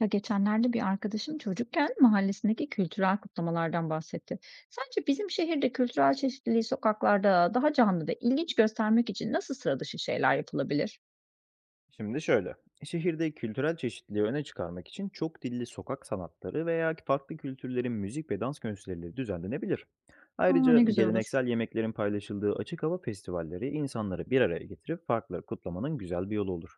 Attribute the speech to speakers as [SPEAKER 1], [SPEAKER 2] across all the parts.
[SPEAKER 1] Ya geçenlerde bir arkadaşım çocukken mahallesindeki kültürel kutlamalardan bahsetti. Sence bizim şehirde kültürel çeşitliliği sokaklarda daha canlı ve ilginç göstermek için nasıl sıra dışı şeyler yapılabilir?
[SPEAKER 2] Şimdi şöyle, şehirde kültürel çeşitliliği öne çıkarmak için çok dilli sokak sanatları veya farklı kültürlerin müzik ve dans gösterileri düzenlenebilir.
[SPEAKER 1] Aa,
[SPEAKER 2] Ayrıca
[SPEAKER 1] ne güzel olur.
[SPEAKER 2] geleneksel yemeklerin paylaşıldığı açık hava festivalleri insanları bir araya getirip farkları kutlamanın güzel bir yolu olur.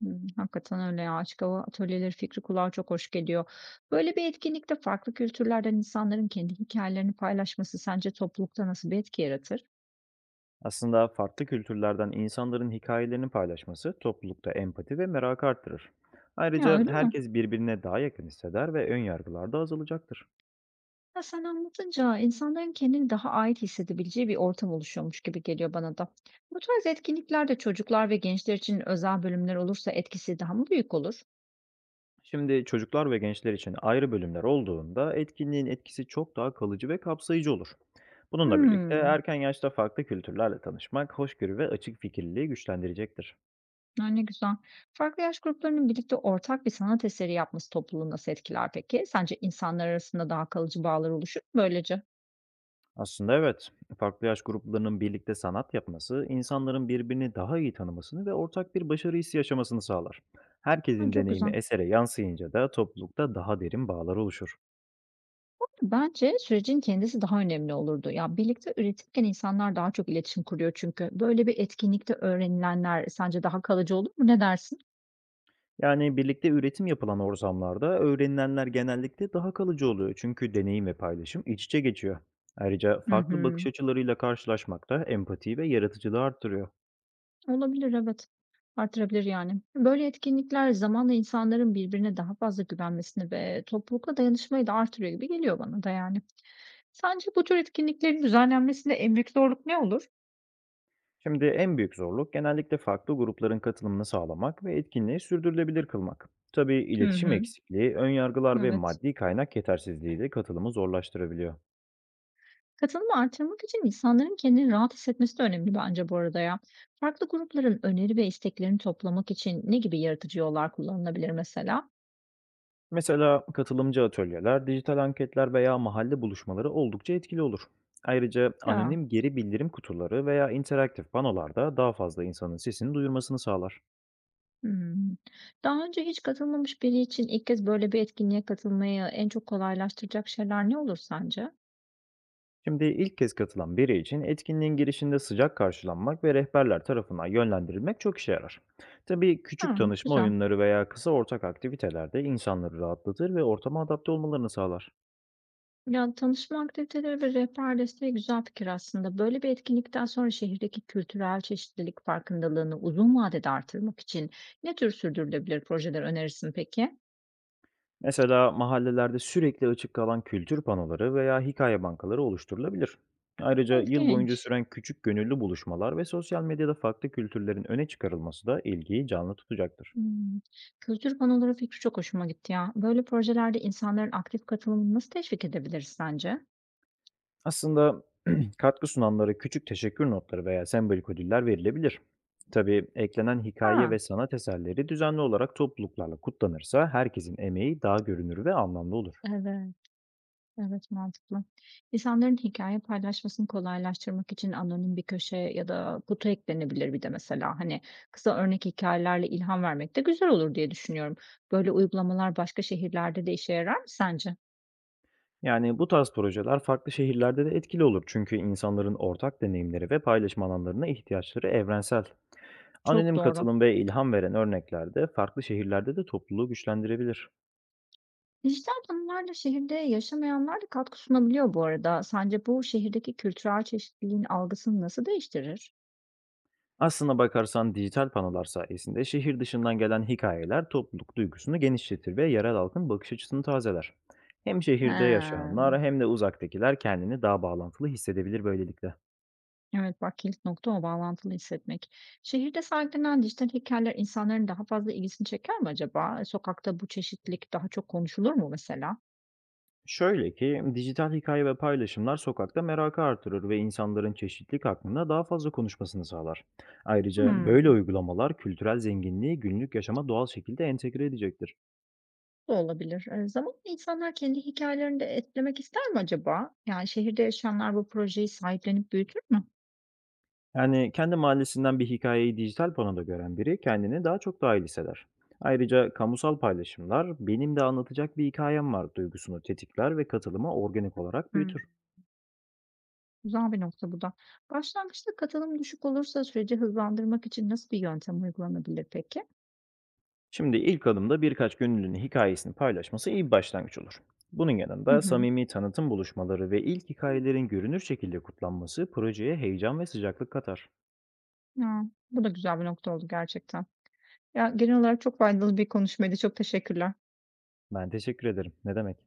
[SPEAKER 1] Hmm, hakikaten öyle ya. Açık hava atölyeleri fikri kulağa çok hoş geliyor. Böyle bir etkinlikte farklı kültürlerden insanların kendi hikayelerini paylaşması sence toplulukta nasıl bir etki yaratır?
[SPEAKER 2] Aslında farklı kültürlerden insanların hikayelerini paylaşması toplulukta empati ve merakı arttırır.
[SPEAKER 1] Ya
[SPEAKER 2] Ayrıca
[SPEAKER 1] öyle mi?
[SPEAKER 2] herkes birbirine daha yakın hisseder ve ön yargılar da azalacaktır.
[SPEAKER 1] Ya, sen anlatınca insanların kendini daha ait hissedebileceği bir ortam oluşuyormuş gibi geliyor bana da. Bu tarz etkinliklerde çocuklar ve gençler için özel bölümler olursa etkisi daha mı büyük olur?
[SPEAKER 2] Şimdi çocuklar ve gençler için ayrı bölümler olduğunda etkinliğin etkisi çok daha kalıcı ve kapsayıcı olur. Bununla birlikte
[SPEAKER 1] Hmm,
[SPEAKER 2] erken yaşta farklı kültürlerle tanışmak hoşgörü ve açık fikirliliği güçlendirecektir.
[SPEAKER 1] ya ne güzel. Farklı yaş gruplarının birlikte ortak bir sanat eseri yapması topluluğu nasıl etkiler peki? Sence insanlar arasında daha kalıcı bağlar oluşur mu böylece?
[SPEAKER 2] Aslında evet, farklı yaş gruplarının birlikte sanat yapması, insanların birbirini daha iyi tanımasını ve ortak bir başarı hissi yaşamasını sağlar.
[SPEAKER 1] Ha,
[SPEAKER 2] Herkesin
[SPEAKER 1] çok güzel.
[SPEAKER 2] deneyimi esere yansıyınca da toplulukta daha derin bağlar oluşur.
[SPEAKER 1] Bence sürecin kendisi daha önemli olurdu. Ya birlikte üretirken insanlar daha çok iletişim kuruyor çünkü. Böyle bir etkinlikte öğrenilenler sence daha kalıcı olur mu? Ne dersin?
[SPEAKER 2] Yani birlikte üretim yapılan ortamlarda öğrenilenler genellikle daha kalıcı oluyor, çünkü deneyim ve paylaşım iç içe geçiyor. Ayrıca
[SPEAKER 1] Hı
[SPEAKER 2] farklı bakış
[SPEAKER 1] hı.
[SPEAKER 2] açılarıyla karşılaşmak da empatiyi ve yaratıcılığı arttırıyor.
[SPEAKER 1] Olabilir, evet. Artırabilir yani. Böyle etkinlikler zamanla insanların birbirine daha fazla güvenmesini ve toplulukla dayanışmayı da artırıyor gibi geliyor bana da yani. Sence bu tür etkinliklerin düzenlenmesinde en büyük zorluk ne olur?
[SPEAKER 2] Şimdi en büyük zorluk, genellikle farklı grupların katılımını sağlamak ve etkinliği sürdürülebilir kılmak. Tabii
[SPEAKER 1] Hı
[SPEAKER 2] iletişim
[SPEAKER 1] hı.
[SPEAKER 2] eksikliği, önyargılar ve
[SPEAKER 1] Evet.
[SPEAKER 2] maddi kaynak yetersizliği de katılımı zorlaştırabiliyor.
[SPEAKER 1] Katılımı artırmak için insanların kendini rahat hissetmesi de önemli bence bu arada ya. Farklı grupların öneri ve isteklerini toplamak için ne gibi yaratıcı yollar kullanılabilir mesela?
[SPEAKER 2] Mesela katılımcı atölyeler, dijital anketler veya mahalle buluşmaları oldukça etkili olur. Ayrıca
[SPEAKER 1] Ya.
[SPEAKER 2] anonim geri bildirim kutuları veya interaktif panolarda daha fazla insanın sesini duyurmasını sağlar.
[SPEAKER 1] Hımm. Daha önce hiç katılmamış biri için ilk kez böyle bir etkinliğe katılmayı en çok kolaylaştıracak şeyler ne olur sence?
[SPEAKER 2] Şimdi ilk kez katılan biri için etkinliğin girişinde sıcak karşılanmak ve rehberler tarafından yönlendirilmek çok işe yarar. Tabii küçük
[SPEAKER 1] A,
[SPEAKER 2] tanışma
[SPEAKER 1] güzel.
[SPEAKER 2] oyunları veya kısa ortak aktivitelerde insanları rahatlatır ve ortama adapte olmalarını sağlar.
[SPEAKER 1] Ya, tanışma aktiviteleri ve rehber desteği güzel fikir aslında. Böyle bir etkinlikten sonra şehirdeki kültürel çeşitlilik farkındalığını uzun vadede artırmak için ne tür sürdürülebilir projeler önerirsin peki?
[SPEAKER 2] Mesela mahallelerde sürekli açık kalan kültür panoları veya hikaye bankaları oluşturulabilir.
[SPEAKER 1] A,
[SPEAKER 2] Ayrıca yıl boyunca
[SPEAKER 1] ilginç.
[SPEAKER 2] süren küçük gönüllü buluşmalar ve sosyal medyada farklı kültürlerin öne çıkarılması da ilgiyi canlı tutacaktır.
[SPEAKER 1] Hımm. Kültür panoları fikri çok hoşuma gitti ya. Böyle projelerde insanların aktif katılımını nasıl teşvik edebiliriz sence?
[SPEAKER 2] Aslında katkı sunanlara küçük teşekkür notları veya sembolik ödüller verilebilir. Tabii eklenen hikaye
[SPEAKER 1] A,
[SPEAKER 2] ve sanat eserleri düzenli olarak topluluklarla kutlanırsa herkesin emeği daha görünür ve anlamlı olur.
[SPEAKER 1] evet. Evet, mantıklı. İnsanların hikaye paylaşmasını kolaylaştırmak için anonim bir köşe ya da kutu eklenebilir bir de mesela. Hani kısa örnek hikayelerle ilham vermek de güzel olur diye düşünüyorum. Böyle uygulamalar başka şehirlerde de işe yarar mı sence?
[SPEAKER 2] Yani bu tarz projeler farklı şehirlerde de etkili olur, çünkü insanların ortak deneyimleri ve paylaşım alanlarına ihtiyaçları evrensel.
[SPEAKER 1] Çok
[SPEAKER 2] Anonim
[SPEAKER 1] doğru.
[SPEAKER 2] katılım ve ilham veren örnekler de farklı şehirlerde de topluluğu güçlendirebilir.
[SPEAKER 1] Dijital panolarla şehirde yaşamayanlar da katkı sunabiliyor bu arada. Sence bu şehirdeki kültürel çeşitliliğin algısını nasıl değiştirir?
[SPEAKER 2] Aslına bakarsan dijital panolar sayesinde şehir dışından gelen hikayeler topluluk duygusunu genişletir ve yerel halkın bakış açısını tazeler. Hem şehirde yaşayanlar
[SPEAKER 1] He.
[SPEAKER 2] hem de uzaktakiler kendini daha bağlantılı hissedebilir böylelikle.
[SPEAKER 1] Evet, bak kilit nokta o bağlantılı hissetmek. Şehirde sergilenen dijital heykeller insanların daha fazla ilgisini çeker mi acaba? Sokakta bu çeşitlilik daha çok konuşulur mu mesela?
[SPEAKER 2] Şöyle ki, dijital hikaye ve paylaşımlar sokakta merakı artırır ve insanların çeşitlilik hakkında daha fazla konuşmasını sağlar. Ayrıca böyle
[SPEAKER 1] Hmm,
[SPEAKER 2] uygulamalar kültürel zenginliği günlük yaşama doğal şekilde entegre edecektir.
[SPEAKER 1] bu da olabilir. Zamanla insanlar kendi hikayelerini de etkilemek ister mi acaba? Yani şehirde yaşayanlar bu projeyi sahiplenip büyütür mü?
[SPEAKER 2] Yani kendi mahallesinden bir hikayeyi dijital panoda gören biri kendini daha çok dahil hisseder. Ayrıca kamusal paylaşımlar, "benim de anlatacak bir hikayem var" duygusunu tetikler ve katılımı organik olarak
[SPEAKER 1] Hmm,
[SPEAKER 2] büyütür.
[SPEAKER 1] güzel bir nokta bu da. Başlangıçta katılım düşük olursa süreci hızlandırmak için nasıl bir yöntem uygulanabilir peki?
[SPEAKER 2] Şimdi ilk adımda birkaç gönüllünün hikayesini paylaşması iyi bir başlangıç olur. Bunun yanında
[SPEAKER 1] hı.
[SPEAKER 2] samimi tanıtım buluşmaları ve ilk
[SPEAKER 1] Hı,
[SPEAKER 2] hikayelerin görünür şekilde kutlanması projeye heyecan ve sıcaklık katar.
[SPEAKER 1] Ya, Bu da güzel bir nokta oldu gerçekten. Ya, genel olarak çok faydalı bir konuşmaydı. Çok teşekkürler.
[SPEAKER 2] Ben teşekkür ederim. Ne demek?